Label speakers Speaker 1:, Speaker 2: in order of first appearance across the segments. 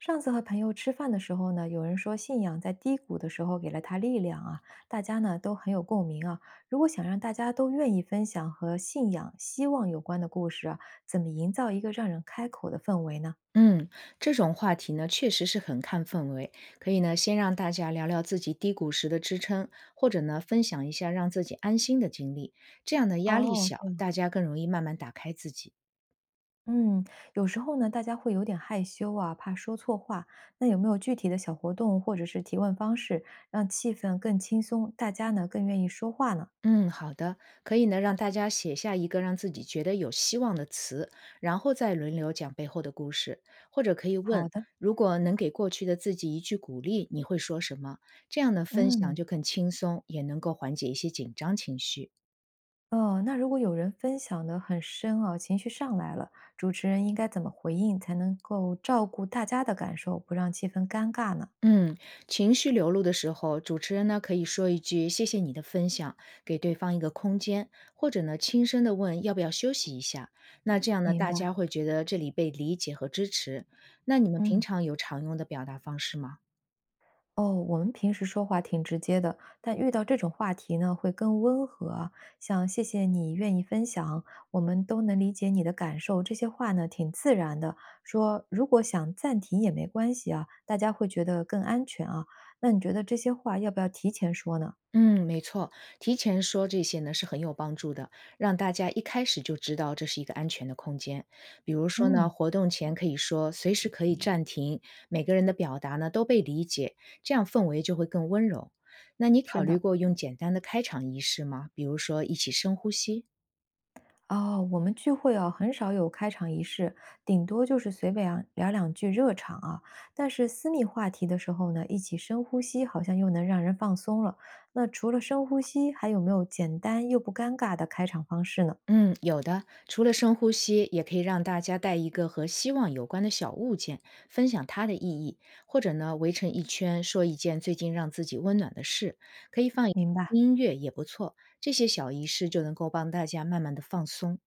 Speaker 1: 上次和朋友吃饭的时候呢，有人说信仰在低谷的时候给了他力量啊，大家呢都很有共鸣啊。如果想让大家都愿意分享和信仰、希望有关的故事啊，怎么营造一个让人开口的氛围呢？
Speaker 2: 嗯，这种话题呢，确实是很看氛围。可以呢，先让大家聊聊自己低谷时的支撑，或者呢，分享一下让自己安心的经历。这样的压力
Speaker 1: 哦，
Speaker 2: 小，
Speaker 1: 这样，
Speaker 2: 大家更容易慢慢打开自己。
Speaker 1: 嗯，有时候呢，大家会有点害羞啊，怕说错话。那有没有具体的小活动或者是提问方式，让气氛更轻松，大家呢更愿意说话呢？
Speaker 2: 嗯，好的，可以呢，让大家写下一个让自己觉得有希望的词，然后再轮流讲背后的故事，或者可以
Speaker 1: 好
Speaker 2: 问，
Speaker 1: 的，
Speaker 2: 如果能给过去的自己一句鼓励，你会说什么？这样的分享
Speaker 1: 嗯。
Speaker 2: 就更轻松，也能够缓解一些紧张情绪。
Speaker 1: 哦，那如果有人分享的很深啊，情绪上来了，主持人应该怎么回应才能够照顾大家的感受，不让气氛尴尬呢？
Speaker 2: 嗯，情绪流露的时候，主持人呢可以说一句“谢谢你的分享”，给对方一个空间，或者呢轻声的问要不要休息一下。那这样呢，
Speaker 1: 明
Speaker 2: 大
Speaker 1: 白，
Speaker 2: 家会觉得这里被理解和支持。那你们平
Speaker 1: 嗯，
Speaker 2: 常有常用的表达方式吗？
Speaker 1: 哦，我们平时说话挺直接的，但遇到这种话题呢，会更温和啊，像谢谢你愿意分享，我们都能理解你的感受，这些话呢挺自然的。说如果想暂停也没关系啊，大家会觉得更安全啊。那你觉得这些话要不要提前说呢？
Speaker 2: 嗯，没错，提前说这些呢是很有帮助的，让大家一开始就知道这是一个安全的空间。比如说呢，
Speaker 1: 嗯，
Speaker 2: 活动前可以说随时可以暂停，每个人的表达呢都被理解，这样氛围就会更温柔。那你
Speaker 1: 是
Speaker 2: 考
Speaker 1: 的。
Speaker 2: 虑过用简单的开场仪式吗？比如说一起深呼吸？
Speaker 1: 哦，我们聚会啊，很少有开场仪式，顶多就是随便啊聊两句热场啊。但是私密话题的时候呢，一起深呼吸，好像又能让人放松了。那除了深呼吸，还有没有简单又不尴尬的开场方式呢？
Speaker 2: 嗯，有的，除了深呼吸，也可以让大家带一个和希望有关的小物件，分享它的意义，或者呢，围成一圈说一件最近让自己温暖的事，可以放一
Speaker 1: 明白。
Speaker 2: 音乐也不错。这些小仪式就能够帮大家慢慢的放松。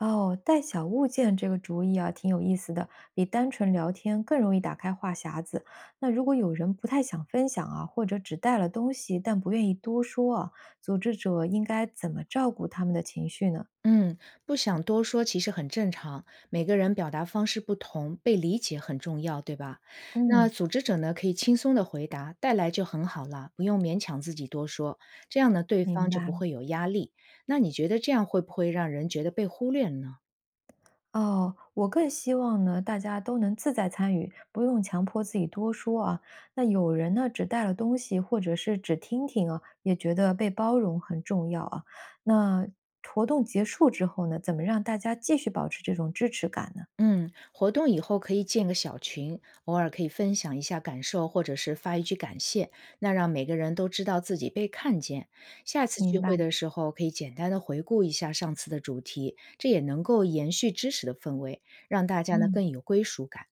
Speaker 1: 哦，带小物件这个主意啊，挺有意思的，比单纯聊天更容易打开话匣子。那如果有人不太想分享啊，或者只带了东西但不愿意多说啊，组织者应该怎么照顾他们的情绪呢？
Speaker 2: 嗯，不想多说其实很正常，每个人表达方式不同，被理解很重要，对吧？那
Speaker 1: 嗯。
Speaker 2: 组织者呢，可以轻松的回答，带来就很好了，不用勉强自己多说，这样呢，对
Speaker 1: 明
Speaker 2: 方就不
Speaker 1: 白。
Speaker 2: 会有压力。那你觉得这样会不会让人觉得被忽略呢？
Speaker 1: 哦，我更希望呢，大家都能自在参与，不用强迫自己多说啊。那有人呢，只带了东西，或者是只听听啊，也觉得被包容很重要啊。那活动结束之后呢，怎么让大家继续保持这种支持感呢？
Speaker 2: 嗯，活动以后可以建个小群，偶尔可以分享一下感受，或者是发一句感谢，那让每个人都知道自己被看见。下次
Speaker 1: 明
Speaker 2: 聚
Speaker 1: 白，
Speaker 2: 会的时候，可以简单的回顾一下上次的主题，这也能够延续知识的氛围，让大家呢
Speaker 1: 嗯。
Speaker 2: 更有归属感。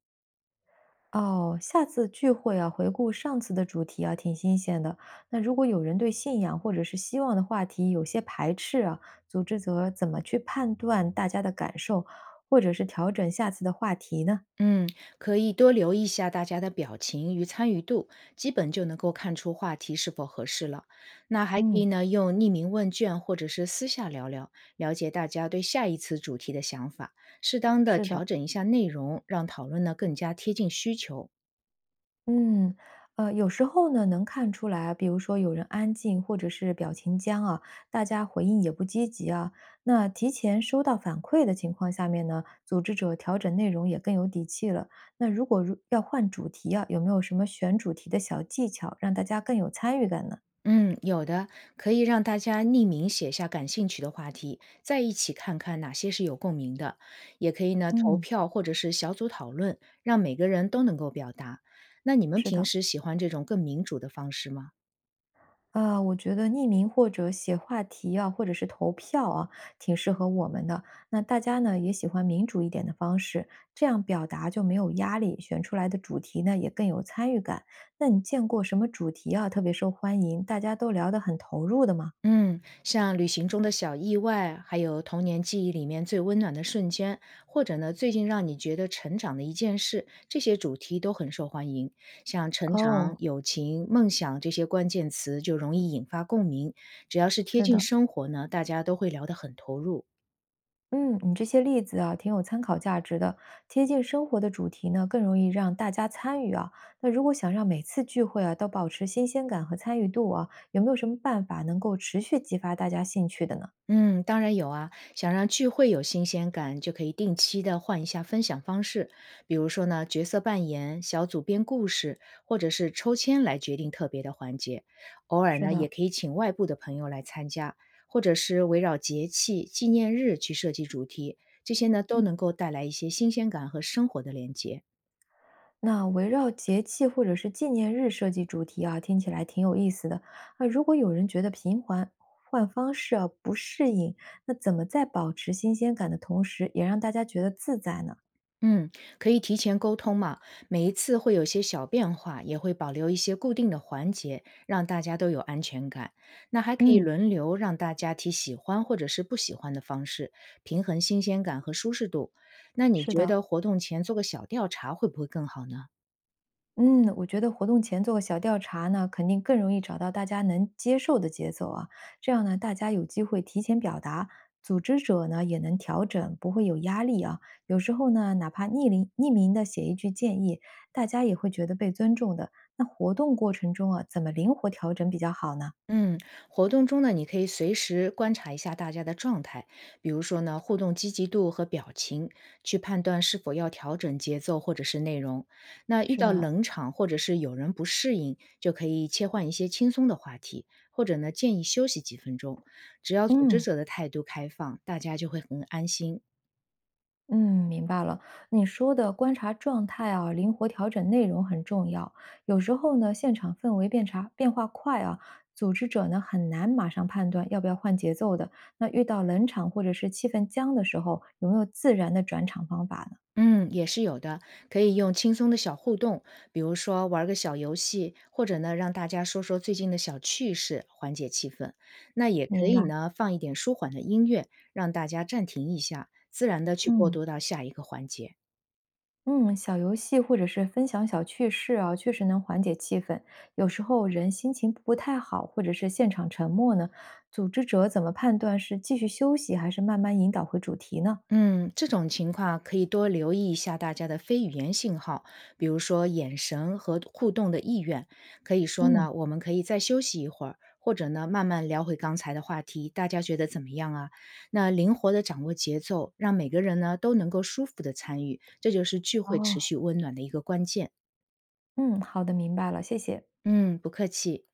Speaker 1: 哦，下次聚会啊，回顾上次的主题啊，挺新鲜的。那如果有人对信仰或者是希望的话题有些排斥啊，组织者怎么去判断大家的感受，或者是调整下次的话题呢？
Speaker 2: 嗯，可以多留意一下大家的表情与参与度，基本就能够看出话题是否合适了。那还可
Speaker 1: 嗯，
Speaker 2: 以呢，用匿名问卷或者是私下聊聊，了解大家对下一次主题的想法，适当的
Speaker 1: 是的。
Speaker 2: 调整一下内容，让讨论呢更加贴近需求。
Speaker 1: 嗯，有时候呢，能看出来，比如说有人安静，或者是表情僵啊，大家回应也不积极啊。那提前收到反馈的情况下面呢，组织者调整内容也更有底气了。那如果如要换主题啊，有没有什么选主题的小技巧，让大家更有参与感呢？
Speaker 2: 嗯，有的，可以让大家匿名写下感兴趣的话题，再一起看看哪些是有共鸣的。也可以呢，投
Speaker 1: 嗯，
Speaker 2: 票或者是小组讨论，让每个人都能够表达。那你们
Speaker 1: 是
Speaker 2: 平
Speaker 1: 的。
Speaker 2: 时喜欢这种更民主的方式吗？
Speaker 1: 啊，我觉得匿名或者写话题啊，或者是投票啊，挺适合我们的。那大家呢也喜欢民主一点的方式，这样表达就没有压力，选出来的主题呢也更有参与感。那你见过什么主题啊特别受欢迎，大家都聊得很投入的吗？
Speaker 2: 嗯，像旅行中的小意外，还有童年记忆里面最温暖的瞬间，或者呢，最近让你觉得成长的一件事，这些主题都很受欢迎。像成长、
Speaker 1: 哦，
Speaker 2: 友情、梦想这些关键词就容易引发共鸣，只要是贴
Speaker 1: 是
Speaker 2: 近
Speaker 1: 的。
Speaker 2: 生活呢，大家都会聊得很投入。
Speaker 1: 嗯，你这些例子啊，挺有参考价值的。贴近生活的主题呢，更容易让大家参与啊。那如果想让每次聚会啊都保持新鲜感和参与度啊，有没有什么办法能够持续激发大家兴趣的呢？
Speaker 2: 嗯，当然有啊。想让聚会有新鲜感，就可以定期的换一下分享方式，比如说呢，角色扮演、小组编故事，或者是抽签来决定特别的环节。偶尔
Speaker 1: 是
Speaker 2: 呢，也
Speaker 1: 的，
Speaker 2: 可以请外部的朋友来参加，或者是围绕节气、纪念日去设计主题，这些呢都能够带来一些新鲜感和生活的连接。
Speaker 1: 那围绕节气或者是纪念日设计主题啊，听起来挺有意思的。那如果有人觉得频繁换方式啊不适应，那怎么在保持新鲜感的同时，也让大家觉得自在呢？
Speaker 2: 嗯，可以提前沟通嘛。每一次会有些小变化，也会保留一些固定的环节，让大家都有安全感。那还可以
Speaker 1: 嗯，
Speaker 2: 轮流让大家提喜欢或者是不喜欢的方式，平衡新鲜感和舒适度。那你
Speaker 1: 是
Speaker 2: 觉
Speaker 1: 的。
Speaker 2: 得活动前做个小调查会不会更好呢？
Speaker 1: 嗯，我觉得活动前做个小调查呢，肯定更容易找到大家能接受的节奏啊。这样呢，大家有机会提前表达，组织者呢也能调整，不会有压力啊。有时候呢，哪怕匿名的写一句建议，大家也会觉得被尊重的。那活动过程中啊，怎么灵活调整比较好呢？
Speaker 2: 嗯，活动中呢，你可以随时观察一下大家的状态，比如说呢，互动积极度和表情，去判断是否要调整节奏或者是内容。那遇
Speaker 1: 是
Speaker 2: 到
Speaker 1: 的，
Speaker 2: 冷场或者是有人不适应，就可以切换一些轻松的话题，或者呢，建议休息几分钟。只要组织
Speaker 1: 嗯，
Speaker 2: 者的态度开放，大家就会很安心。
Speaker 1: 嗯，明白了。你说的观察状态啊，灵活调整内容很重要。有时候呢，现场氛围变化快啊，组织者呢很难马上判断要不要换节奏的。那遇到冷场或者是气氛僵的时候，有没有自然的转场方法呢？
Speaker 2: 嗯，也是有的，可以用轻松的小互动，比如说玩儿个小游戏，或者呢让大家说说最近的小趣事，缓解气氛。那也可
Speaker 1: 明白。
Speaker 2: 以呢放一点舒缓的音乐，让大家暂停一下，自然的去过
Speaker 1: 嗯，
Speaker 2: 渡到下一个环节。
Speaker 1: 嗯，小游戏或者是分享小趣事啊，确实能缓解气氛。有时候人心情不太好，或者是现场沉默呢，组织者怎么判断是继续休息还是慢慢引导回主题呢？
Speaker 2: 嗯，这种情况可以多留意一下大家的非语言信号，比如说眼神和互动的意愿。可以说
Speaker 1: 嗯。
Speaker 2: 呢，我们可以再休息一会儿，或者呢，慢慢聊回刚才的话题，大家觉得怎么样啊？那灵活的掌握节奏，让每个人呢都能够舒服的参与，这就是聚会持
Speaker 1: 哦，
Speaker 2: 续温暖的一个关键。
Speaker 1: 嗯，好的，明白了，谢谢。
Speaker 2: 嗯，不客气。